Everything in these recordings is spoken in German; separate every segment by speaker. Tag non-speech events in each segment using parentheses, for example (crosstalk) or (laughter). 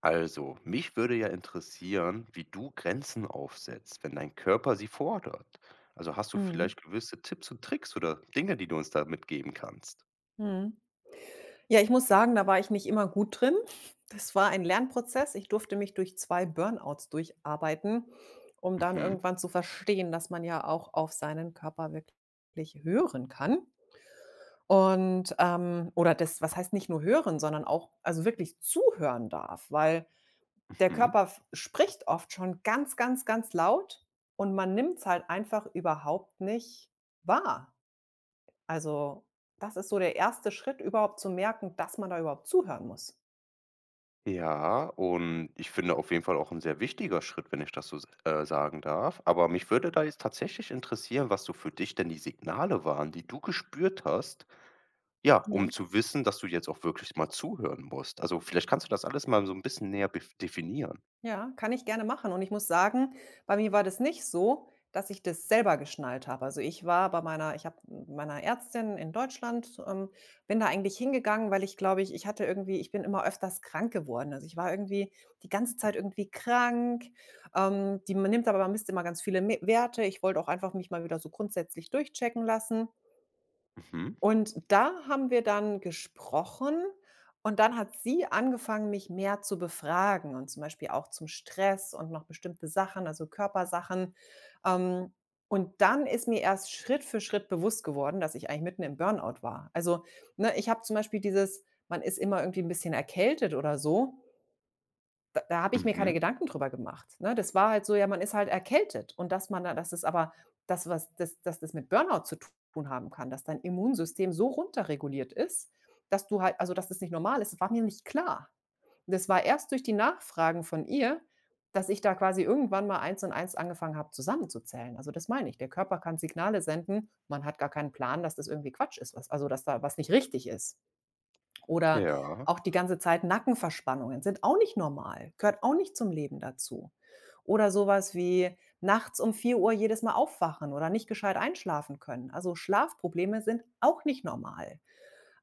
Speaker 1: Also, mich würde ja interessieren, wie du Grenzen aufsetzt, wenn dein Körper sie fordert. Also, hast du
Speaker 2: Mhm,
Speaker 1: vielleicht gewisse Tipps und Tricks oder Dinge, die du uns da mitgeben kannst?
Speaker 2: mhm. Ja, ich muss sagen, da war ich nicht immer gut drin. Das war ein Lernprozess. Ich durfte mich durch 2 Burnouts durcharbeiten, um dann
Speaker 1: Mhm,
Speaker 2: irgendwann zu verstehen, dass man ja auch auf seinen Körper wirklich hören kann. Und, oder das was heißt, nicht nur hören, sondern auch, also wirklich zuhören darf, weil der
Speaker 1: mhm.
Speaker 2: Körper f spricht oft schon ganz, ganz, ganz laut und man nimmt's halt einfach überhaupt nicht wahr. Also, das ist so der erste Schritt, überhaupt zu merken, dass man da überhaupt zuhören muss.
Speaker 1: Ja, und ich finde auf jeden Fall auch ein sehr wichtiger Schritt, wenn ich das so s sagen darf. Aber mich würde da jetzt tatsächlich interessieren, was so für dich denn die Signale waren, die du gespürt hast, ja, um
Speaker 2: Mhm.
Speaker 1: zu wissen, dass du jetzt auch wirklich mal zuhören musst. Also, vielleicht kannst du das alles mal so ein bisschen näher bef definieren.
Speaker 2: Ja, kann ich gerne machen, und ich muss sagen, bei mir war das nicht so, dass ich das selber geschnallt habe. Also, ich habe meiner Ärztin in Deutschland, bin da eigentlich hingegangen, weil ich glaube, ich hatte irgendwie, ich bin immer öfters krank geworden. Also, ich war irgendwie die ganze Zeit irgendwie krank. Die man nimmt, aber man misst immer ganz viele Me Werte. Ich wollte auch einfach mich mal wieder so grundsätzlich durchchecken lassen.
Speaker 1: Mhm,
Speaker 2: Und da haben wir dann gesprochen und dann hat sie angefangen, mich mehr zu befragen und zum Beispiel auch zum Stress und noch bestimmte Sachen, also Körpersachen. Ähm, und dann ist mir erst Schritt für Schritt bewusst geworden, dass ich eigentlich mitten im Burnout war. Also, ne, ich habe zum Beispiel dieses, man ist immer irgendwie ein bisschen erkältet oder so, da habe ich mir keine
Speaker 1: mhm.
Speaker 2: Gedanken drüber gemacht, ne? Das war halt so, ja, man ist halt erkältet, und dass man da, dass es aber das, was das, dass das mit Burnout zu tun haben kann, dass dein Immunsystem so runterreguliert ist, dass du halt, also, dass das nicht normal ist, das war mir nicht klar. Das war erst durch die Nachfragen von ihr, dass ich da quasi irgendwann mal eins und eins angefangen habe, zusammenzuzählen. Also, das meine ich. Der Körper kann Signale senden. Man hat gar keinen Plan, dass das irgendwie Quatsch ist, was, also, dass da was nicht richtig ist. Oder
Speaker 1: Ja.
Speaker 2: auch die ganze Zeit Nackenverspannungen sind auch nicht normal, gehört auch nicht zum Leben dazu. Oder sowas wie nachts um 4 Uhr jedes Mal aufwachen oder nicht gescheit einschlafen können. Also, Schlafprobleme sind auch nicht normal.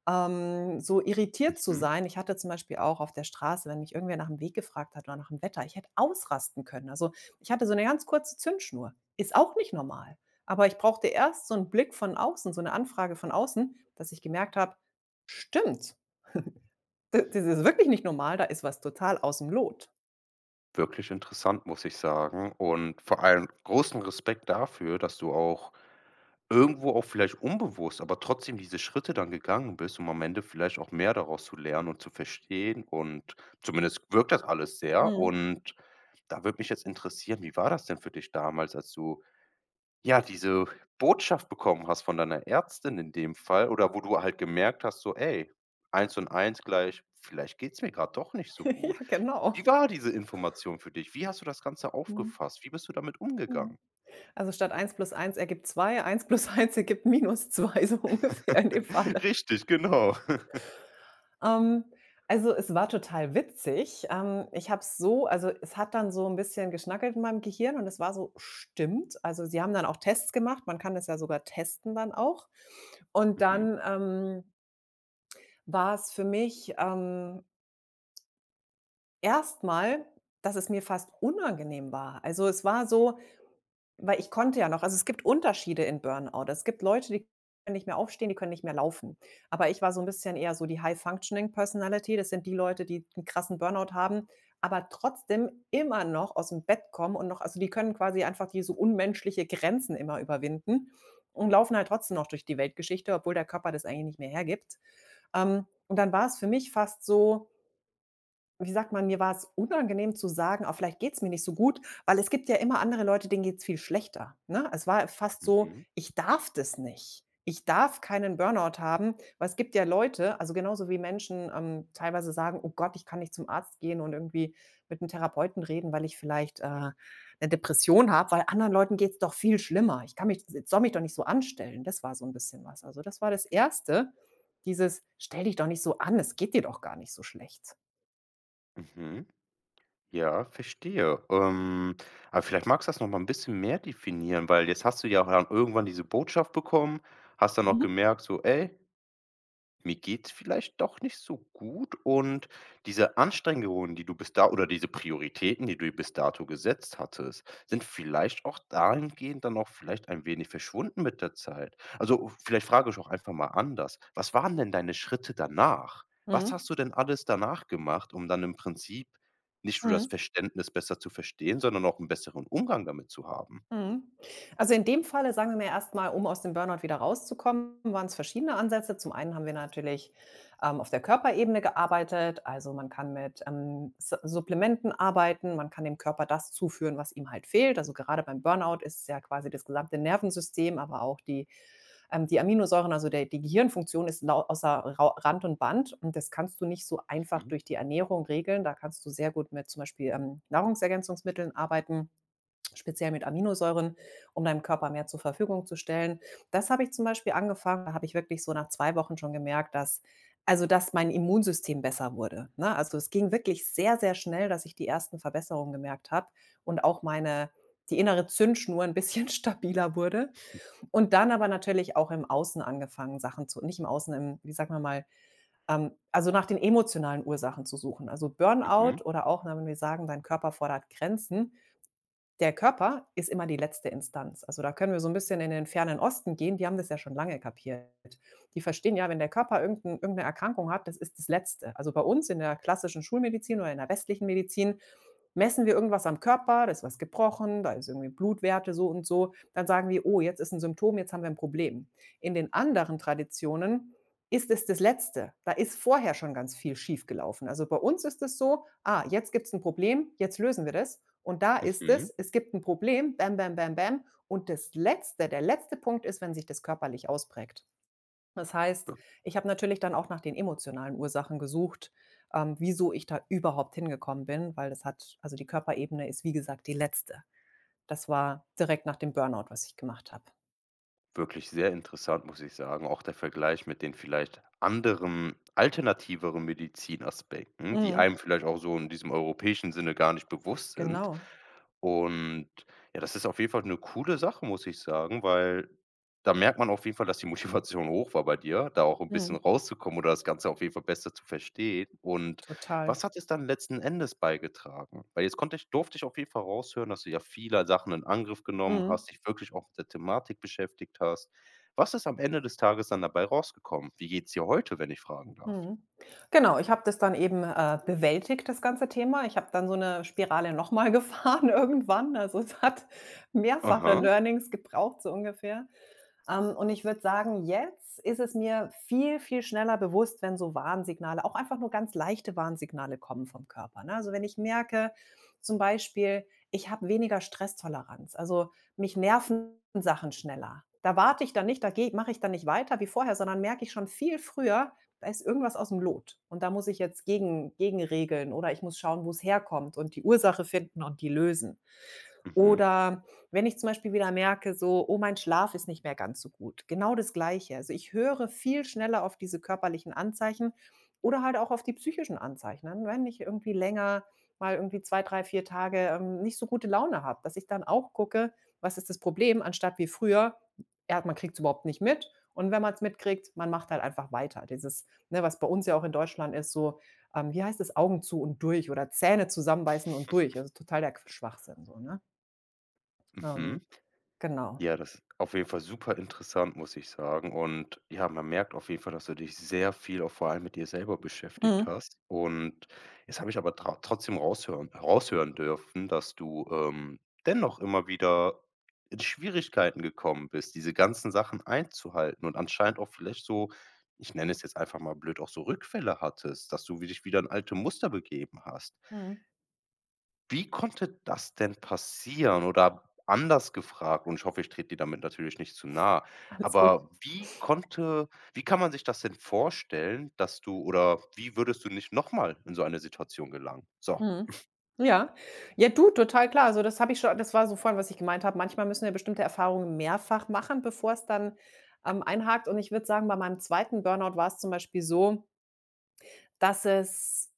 Speaker 2: So irritiert zu
Speaker 1: Mhm.
Speaker 2: sein, ich hatte zum Beispiel auch auf der Straße, wenn mich irgendwer nach dem Weg gefragt hat oder nach dem Wetter, ich hätte ausrasten können. Also, ich hatte so eine ganz kurze Zündschnur. Ist auch nicht normal. Aber ich brauchte erst so einen Blick von außen, so eine Anfrage von außen, dass ich gemerkt habe: „Stimmt. D das ist wirklich nicht normal, da ist was total aus'm Lot.“
Speaker 1: Wirklich interessant, muss ich sagen. Und vor allem großen Respekt dafür, dass du auch irgendwo auch vielleicht unbewusst, aber trotzdem diese Schritte dann gegangen bist, um am Ende vielleicht auch mehr daraus zu lernen und zu verstehen. Und zumindest wirkt das alles sehr.
Speaker 2: Mhm.
Speaker 1: Und da würde mich jetzt interessieren, wie war das denn für dich damals, als du ja diese Botschaft bekommen hast von deiner Ärztin in dem Fall oder wo du halt gemerkt hast, so, ey, eins und eins gleich, vielleicht geht's mir gerade doch nicht
Speaker 2: (laughs)
Speaker 1: so gut.
Speaker 2: Ja, genau.
Speaker 1: Wie war diese Information für dich? Wie hast du das Ganze
Speaker 2: Mhm.
Speaker 1: aufgefasst? Wie bist du damit
Speaker 2: Mhm.
Speaker 1: umgegangen?
Speaker 2: Also, statt eins plus eins ergibt zwei, eins plus (laughs) eins ergibt minus zwei, so ungefähr in dem
Speaker 1: (laughs)
Speaker 2: Falle.
Speaker 1: Richtig, genau.
Speaker 2: Ähm, also, es war total witzig. Ich habe es so, also, es hat dann so 'n bisschen geschnackelt in meinem Gehirn und es war so: „Stimmt.“ Also, sie haben dann auch Tests gemacht. Man kann das ja sogar testen dann auch. Und
Speaker 1: Mhm,
Speaker 2: dann, war es für mich, erst, dass es mir fast unangenehm war. Also, es war so, weil ich konnte ja noch, also, es gibt Unterschiede in Burnout. Es gibt Leute, die können nicht mehr aufstehen, die können nicht mehr laufen. Aber ich war so ein bisschen eher so die High Functioning Personality. Das sind die Leute, die einen krassen Burnout haben, aber trotzdem immer noch aus dem Bett kommen und noch, also, die können quasi einfach diese unmenschliche Grenzen immer überwinden und laufen halt trotzdem noch durch die Weltgeschichte, obwohl der Körper das eigentlich nicht mehr hergibt. Und dann war es für mich fast so, wie sagt man, mir war es unangenehm zu sagen: „Auch vielleicht geht's mir nicht so gut“, weil es gibt ja immer andere Leute, denen geht's viel schlechter, ne? Es war fast so:
Speaker 1: mhm,
Speaker 2: „Ich darf das nicht. Ich darf keinen Burnout haben“, weil es gibt ja Leute, also, genauso wie Menschen, teilweise sagen: „Oh Gott, ich kann nicht zum Arzt gehen und irgendwie mit einem Therapeuten reden, weil ich vielleicht, 'ne Depression habe, weil anderen Leuten geht's doch viel schlimmer. Ich kann mich, ich soll mich doch nicht so anstellen.“ Das war so ein bisschen was. Also, das war das Erste, dieses: „Stell dich doch nicht so an, es geht dir doch gar nicht so schlecht.“
Speaker 1: mhm. Ja, verstehe. Aber vielleicht magst du das noch mal ein bisschen mehr definieren, weil jetzt hast du ja auch dann irgendwann diese Botschaft bekommen, hast dann auch
Speaker 2: Mhm.
Speaker 1: gemerkt so: „Ey, mir geht's vielleicht doch nicht so gut und diese Anstrengungen, die du bis da oder diese Prioritäten, die du bis dato gesetzt hattest, sind vielleicht auch dahingehend dann auch vielleicht ein wenig verschwunden mit der Zeit. Also, vielleicht frage ich auch einfach mal anders. Was waren denn deine Schritte danach? Was
Speaker 2: Mhm.
Speaker 1: hast du denn alles danach gemacht, um dann im Prinzip nicht nur das
Speaker 2: Mhm.
Speaker 1: Verständnis besser zu verstehen, sondern auch einen besseren Umgang damit zu haben?
Speaker 2: Mhm. Also, in dem Falle, sagen wir mal erstmal, um aus dem Burnout wieder rauszukommen, waren es verschiedene Ansätze. Zum einen haben wir natürlich, auf der Körperebene gearbeitet. Also, man kann mit, S Supplementen arbeiten, man kann dem Körper das zuführen, was ihm halt fehlt. Also, gerade beim Burnout ist es ja quasi das gesamte Nervensystem, aber auch die, die Aminosäuren, also der die Gehirnfunktion ist lau außer Rau Rand und Band. Und das kannst du nicht so einfach
Speaker 1: Mhm,
Speaker 2: durch die Ernährung regeln. Da kannst du sehr gut mit zum Beispiel, Nahrungsergänzungsmitteln arbeiten, speziell mit Aminosäuren, um deinem Körper mehr zur Verfügung zu stellen. Das habe ich zum Beispiel angefangen, da habe ich wirklich so nach 2 Wochen schon gemerkt, dass, also, dass mein Immunsystem besser wurde, ne? Also, es ging wirklich sehr, sehr schnell, dass ich die ersten Verbesserungen gemerkt habe und auch meine, die innere Zündschnur ein bisschen (laughs) stabiler wurde, und dann aber natürlich auch im Außen angefangen, Sachen zu, nicht im Außen, im, wie sagen wir mal, also, nach den emotionalen Ursachen zu suchen. Also,
Speaker 1: mhm,
Speaker 2: Burnout oder auch, ne, wenn wir sagen, dein Körper fordert Grenzen, der Körper ist immer die letzte Instanz. Also, da können wir so ein bisschen in den fernen Osten gehen, die haben das ja schon lange kapiert. Die verstehen ja, wenn der Körper irgend 'n 'ne Erkrankung hat, das ist das Letzte. Also, bei uns in der klassischen Schulmedizin oder in der westlichen Medizin messen wir irgendwas am Körper, da ist was gebrochen, da ist irgendwie Blutwerte so und so, dann sagen wir: „Oh, jetzt ist ein Symptom, jetzt haben wir ein Problem.“ In den anderen Traditionen ist es das Letzte. Da ist vorher schon ganz viel schiefgelaufen. Also, bei uns ist es so: „Ah, jetzt gibt's ein Problem, jetzt lösen wir das.“ Und da ist
Speaker 1: mhm.
Speaker 2: es, es gibt ein Problem, bam, bam, bam, bam. Und das letzte der letzte Punkt ist, wenn sich das körperlich ausprägt. Das heißt, ich habe natürlich dann auch nach den emotionalen Ursachen gesucht, wieso ich da überhaupt hingekommen bin, weil das hat, also die Körperebene ist, wie gesagt, die letzte. Das war direkt nach dem Burnout, was ich gemacht habe.
Speaker 1: Wirklich sehr interessant, muss ich sagen. Auch der Vergleich mit den vielleicht anderen, alternativeren Medizinaspekten, die
Speaker 2: Mhm,
Speaker 1: einem vielleicht auch so in diesem europäischen Sinne gar nicht bewusst sind.
Speaker 2: genau.
Speaker 1: Und ja, das ist auf jeden Fall eine coole Sache, muss ich sagen, weil da merkt man auf jeden Fall, dass die (laughs) Motivation hoch war bei dir, da auch ein
Speaker 2: Mhm,
Speaker 1: bisschen rauszukommen oder das Ganze auf jeden Fall besser zu verstehen. Und
Speaker 2: total.
Speaker 1: was hat es dann letzten Endes beigetragen? Weil jetzt konnte ich durfte ich auf jeden Fall raushören, dass du ja viele Sachen in Angriff genommen
Speaker 2: Mhm.
Speaker 1: hast, dich wirklich auch mit der Thematik beschäftigt hast. Was ist am Ende des Tages dann dabei rausgekommen? Wie geht's dir heute, wenn ich fragen darf?
Speaker 2: Mhm. Genau, ich habe das dann eben, bewältigt, das ganze Thema. Ich habe dann so eine Spirale nochmal (laughs) gefahren irgendwann. Also, es hat mehrfache
Speaker 1: Aha.
Speaker 2: Learnings gebraucht, so ungefähr. Und ich würde sagen, jetzt ist es mir viel, viel schneller bewusst, wenn so Warnsignale, auch einfach nur ganz leichte Warnsignale kommen vom Körper. Ne? Also wenn ich merke, zum Beispiel, ich habe weniger Stresstoleranz, also mich nerven Sachen schneller. Da warte ich dann nicht, da mache ich dann nicht weiter wie vorher, sondern merke ich schon viel früher, da ist irgendwas aus dem Lot. Und da muss ich jetzt gegen, gegenregeln oder ich muss schauen, wo es herkommt und die Ursache finden und die lösen.
Speaker 1: Mhm.
Speaker 2: Oder wenn ich zum Beispiel wieder merke, so: „Oh, mein Schlaf ist nicht mehr ganz so gut.“ Genau das Gleiche. Also, ich höre viel schneller auf diese körperlichen Anzeichen oder halt auch auf die psychischen Anzeichen, ne? Wenn ich irgendwie länger mal irgendwie 2, 3, 4 Tage, nicht so gute Laune habe, dass ich dann auch gucke: „Was ist das Problem?“ Anstatt wie früher, ja, man kriegt es überhaupt nicht mit und wenn man es mitkriegt, man macht halt einfach weiter. Dieses, ne, was bei uns ja auch in Deutschland ist, so, wie heißt es, „Augen zu und durch“ oder „Zähne zusammenbeißen und durch“. Also, total der Schwachsinn so, ne? Ähm
Speaker 1: Mhm.
Speaker 2: Genau.
Speaker 1: Ja, das ist auf jeden Fall super interessant, muss ich sagen. Und ja, man merkt auf jeden Fall, dass du dich sehr viel auch vor allem mit dir selber beschäftigt
Speaker 2: Mhm.
Speaker 1: hast. Und jetzt habe ich aber tra trotzdem raushören dürfen, dass du, dennoch immer wieder in Schwierigkeiten gekommen bist, diese ganzen Sachen einzuhalten und anscheinend auch vielleicht so, ich nenne es jetzt einfach mal blöd, auch so Rückfälle hattest, dass du dich wieder in alte Muster begeben hast.
Speaker 2: Mhm.
Speaker 1: Wie konnte das denn passieren? Oder anders gefragt, und ich hoffe, ich trete dir damit natürlich nicht zu nahe,
Speaker 2: Alles gut.
Speaker 1: aber wie kann man sich das denn vorstellen, dass du oder wie würdest du nicht noch mal in so eine Situation gelangen? So.
Speaker 2: Mhm. Ja. Ja, du, total klar. Also, das habe ich schon, das war so vorhin, was ich gemeint habe. Manchmal müssen wir bestimmte Erfahrungen mehrfach machen, bevor es dann, einhakt. Und ich würde sagen, bei meinem zweiten Burnout war es zum Beispiel so, dass es,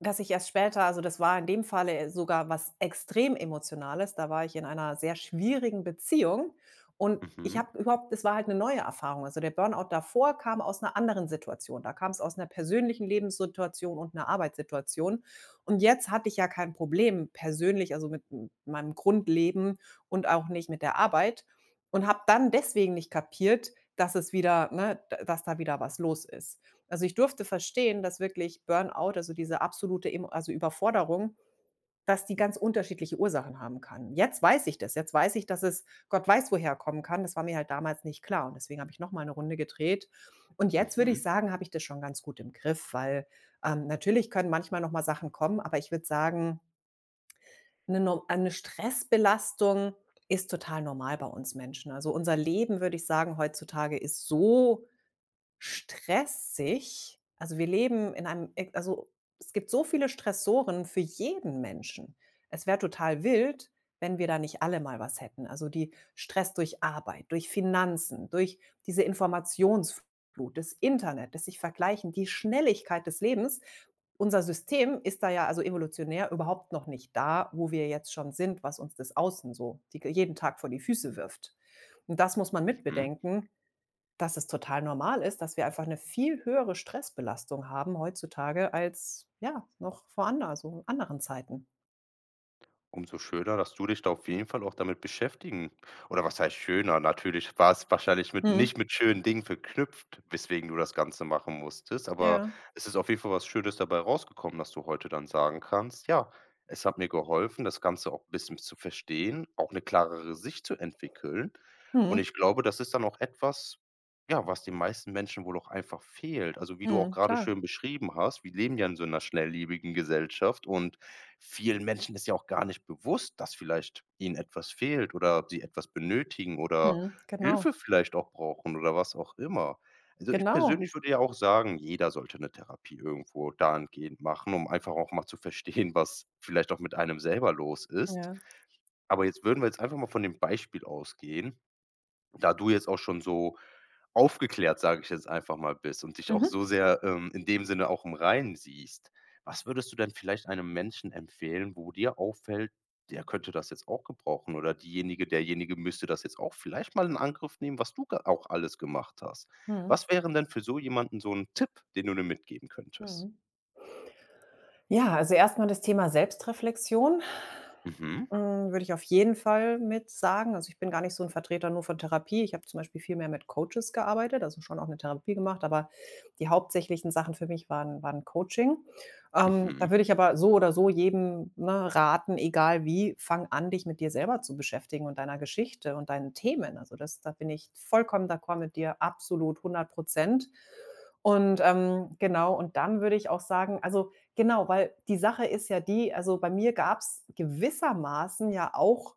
Speaker 2: dass ich erst später, also, das war in dem Falle, sogar was extrem Emotionales. Da war ich in einer sehr schwierigen Beziehung und ich
Speaker 1: Mhm,
Speaker 2: habe überhaupt, es war halt eine neue Erfahrung. Also, der Burnout davor kam aus einer anderen Situation. Da kam es aus einer persönlichen Lebenssituation und einer Arbeitssituation. Und jetzt hatte ich ja kein Problem persönlich, also, mit m meinem Grundleben und auch nicht mit der Arbeit und habe dann deswegen nicht kapiert, dass es wieder, ne, d dass da wieder was los ist. Also, ich durfte verstehen, dass wirklich Burnout, also diese absolute Emo also Überforderung, dass die ganz unterschiedliche Ursachen haben kann. Jetzt weiß ich das. Jetzt weiß ich, dass es Gott weiß, woher kommen kann. Das war mir halt damals nicht klar, und deswegen habe ich noch mal 'ne Runde gedreht. Und jetzt würde ich
Speaker 1: mhm,
Speaker 2: sagen, habe ich das schon ganz gut im Griff, weil natürlich können manchmal noch mal Sachen kommen aber ich würde sagen, eine no 'ne Stressbelastung ist total normal bei uns Menschen. Also, unser Leben, würde ich sagen, heutzutage ist so stressig. Also, wir leben in einem, es gibt so viele Stressoren für jeden Menschen. Es wäre total wild, wenn wir da nicht alle mal was hätten. Also, die Stress durch Arbeit, durch Finanzen, durch diese Informationsflut, das Internet, das sich vergleichen, die Schnelligkeit des Lebens. Unser System ist da ja also evolutionär überhaupt noch nicht da, wo wir jetzt schon sind, was uns das Außen so die jeden Tag vor die Füße wirft. Und das muss man
Speaker 1: mhm.
Speaker 2: mitbedenken. Dass es total normal ist, dass wir einfach eine viel höhere Stressbelastung haben heutzutage als, ja, noch vor anderen Zeiten.
Speaker 1: Umso schöner, dass du dich da auf jeden Fall auch damit beschäftigen oder was heißt schöner? Natürlich war es wahrscheinlich mit
Speaker 2: Mhm.
Speaker 1: nicht mit schönen Dingen verknüpft, weswegen du das Ganze machen musstest, aber
Speaker 2: Ja.
Speaker 1: es ist auf jeden Fall was Schönes dabei rausgekommen, dass du heute dann sagen kannst: „Ja, es hat mir geholfen, das Ganze auch 'n bisschen zu verstehen, auch eine klarere Sicht zu entwickeln.“ Und
Speaker 2: Mhm.
Speaker 1: ich glaube, das ist dann auch etwas, ja, was den meisten Menschen wohl auch einfach fehlt. Also, wie du auch
Speaker 2: Mhm.
Speaker 1: gerade
Speaker 2: Klar.
Speaker 1: schön beschrieben hast, wir leben ja in so einer schnelllebigen Gesellschaft und vielen Menschen ist ja auch gar nicht bewusst, dass vielleicht ihnen etwas fehlt oder sie etwas benötigen oder
Speaker 2: Mhm. Genau.
Speaker 1: Hilfe vielleicht auch brauchen oder was auch immer. Also, ich
Speaker 2: Genau.
Speaker 1: persönlich würde ja auch sagen, jeder sollte eine Therapie irgendwo dahingehend machen, um einfach auch mal zu verstehen, was vielleicht auch mit einem selber los ist.
Speaker 2: Ja.
Speaker 1: Aber jetzt würden wir jetzt einfach mal von dem Beispiel ausgehen, da du jetzt auch schon so aufgeklärt, sage ich jetzt einfach mal, bist und dich auch
Speaker 2: Mhm.
Speaker 1: so sehr, in dem Sinne auch im Reinen siehst, was würdest du denn vielleicht einem Menschen empfehlen, wo dir auffällt, der könnte das jetzt auch gebrauchen oder diejenige derjenige müsste das jetzt auch vielleicht mal in Angriff nehmen, was du ge auch alles gemacht hast.
Speaker 2: Mhm.
Speaker 1: Was wären denn für so jemanden so ein Tipp, den du denn mitgeben könntest?
Speaker 2: Mhm. Ja, also erstmal das Thema Selbstreflexion.
Speaker 1: Mhm.
Speaker 2: Hm, würde ich auf jeden Fall mit sagen. Also, ich bin gar nicht so ein Vertreter nur von Therapie. Ich habe zum Beispiel viel mehr mit Coaches gearbeitet, also, schon auch eine Therapie gemacht, aber die hauptsächlichen Sachen für mich waren Coaching. Da
Speaker 1: Mhm.
Speaker 2: würde ich aber so oder so jedem, ne, raten, egal wie, fang an, dich mit dir selber zu beschäftigen und deiner Geschichte und deinen Themen. Also, das da bin ich vollkommen d'accord mit dir, absolut 100. Und, genau, und dann würde ich auch sagen, also, genau, weil die Sache ist ja die, also, bei mir gab's gewissermaßen ja auch,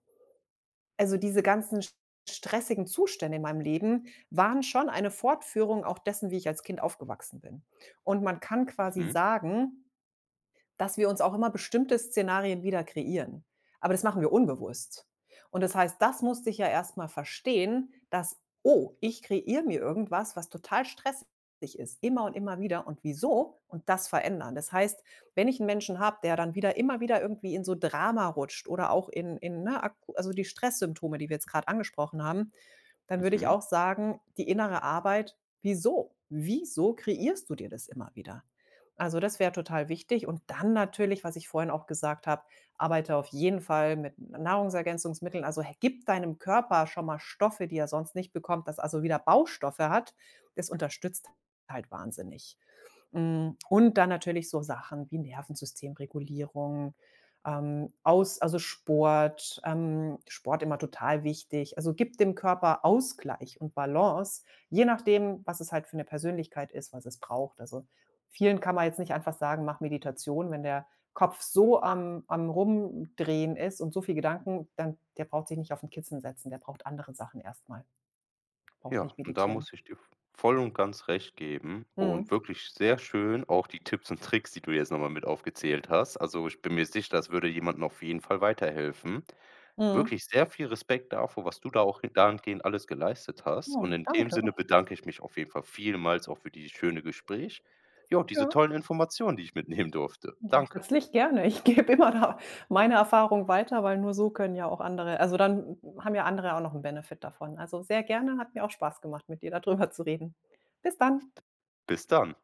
Speaker 2: also, diese ganzen st stressigen Zustände in meinem Leben waren schon eine Fortführung auch dessen, wie ich als Kind aufgewachsen bin. Und man kann quasi
Speaker 1: Mhm.
Speaker 2: sagen, dass wir uns auch immer bestimmte Szenarien wieder kreieren. Aber das machen wir unbewusst. Und das heißt, das musste ich ja erst mal verstehen, dass, oh, ich kreiere mir irgendwas, was total stressig ist, immer und immer wieder, und wieso, und das verändern. Das heißt, wenn ich einen Menschen habe, der dann wieder immer wieder irgendwie in so Drama rutscht oder auch in, ne, aku also die Stresssymptome, die wir jetzt gerade angesprochen haben, dann würde ich
Speaker 1: Mhm.
Speaker 2: auch sagen, die innere Arbeit, wieso? Wieso kreierst du dir das immer wieder? Also, das wäre total wichtig, und dann natürlich, was ich vorhin auch gesagt habe, arbeite auf jeden Fall mit Nahrungsergänzungsmitteln. Also, he, gib deinem Körper schon mal Stoffe, die er sonst nicht bekommt, dass also wieder Baustoffe hat. Das unterstützt halt wahnsinnig. Hm, und dann natürlich so Sachen wie Nervensystemregulierung, aus also Sport, Sport immer total wichtig. Also, gibt dem Körper Ausgleich und Balance, je nachdem, was es halt für eine Persönlichkeit ist, was es braucht. Also, vielen kann man jetzt nicht einfach sagen: „Mach Meditation.“ Wenn der Kopf so am Rumdrehen ist und so viel Gedanken, dann der braucht sich nicht auf den Kissen setzen, der braucht andere Sachen erstmal, braucht
Speaker 1: Ja,
Speaker 2: nicht
Speaker 1: und da
Speaker 2: meditieren.
Speaker 1: muss ich dir voll und ganz recht geben
Speaker 2: Mhm,
Speaker 1: und wirklich sehr schön auch die Tipps und Tricks, die du jetzt nochmal mit aufgezählt hast. Also, ich bin mir sicher, das würde jemandem auf jeden Fall weiterhelfen.
Speaker 2: mhm.
Speaker 1: Wirklich sehr viel Respekt davor, was du da auch dahingehend alles geleistet hast. Und
Speaker 2: Oh,
Speaker 1: in dem
Speaker 2: danke.
Speaker 1: Sinne bedanke ich mich auf jeden Fall vielmals auch für dieses schöne Gespräch. Ja, diese
Speaker 2: Ja.
Speaker 1: tollen Informationen, die ich mitnehmen durfte.
Speaker 2: Ja,
Speaker 1: Danke.
Speaker 2: herzlich gerne. Ich gebe immer da meine Erfahrung weiter, weil nur so können ja auch andere, also, dann haben ja andere auch noch einen Benefit davon. Also, sehr gerne, hat mir auch Spaß gemacht, mit dir da drüber zu reden. Bis dann.
Speaker 1: Bis dann.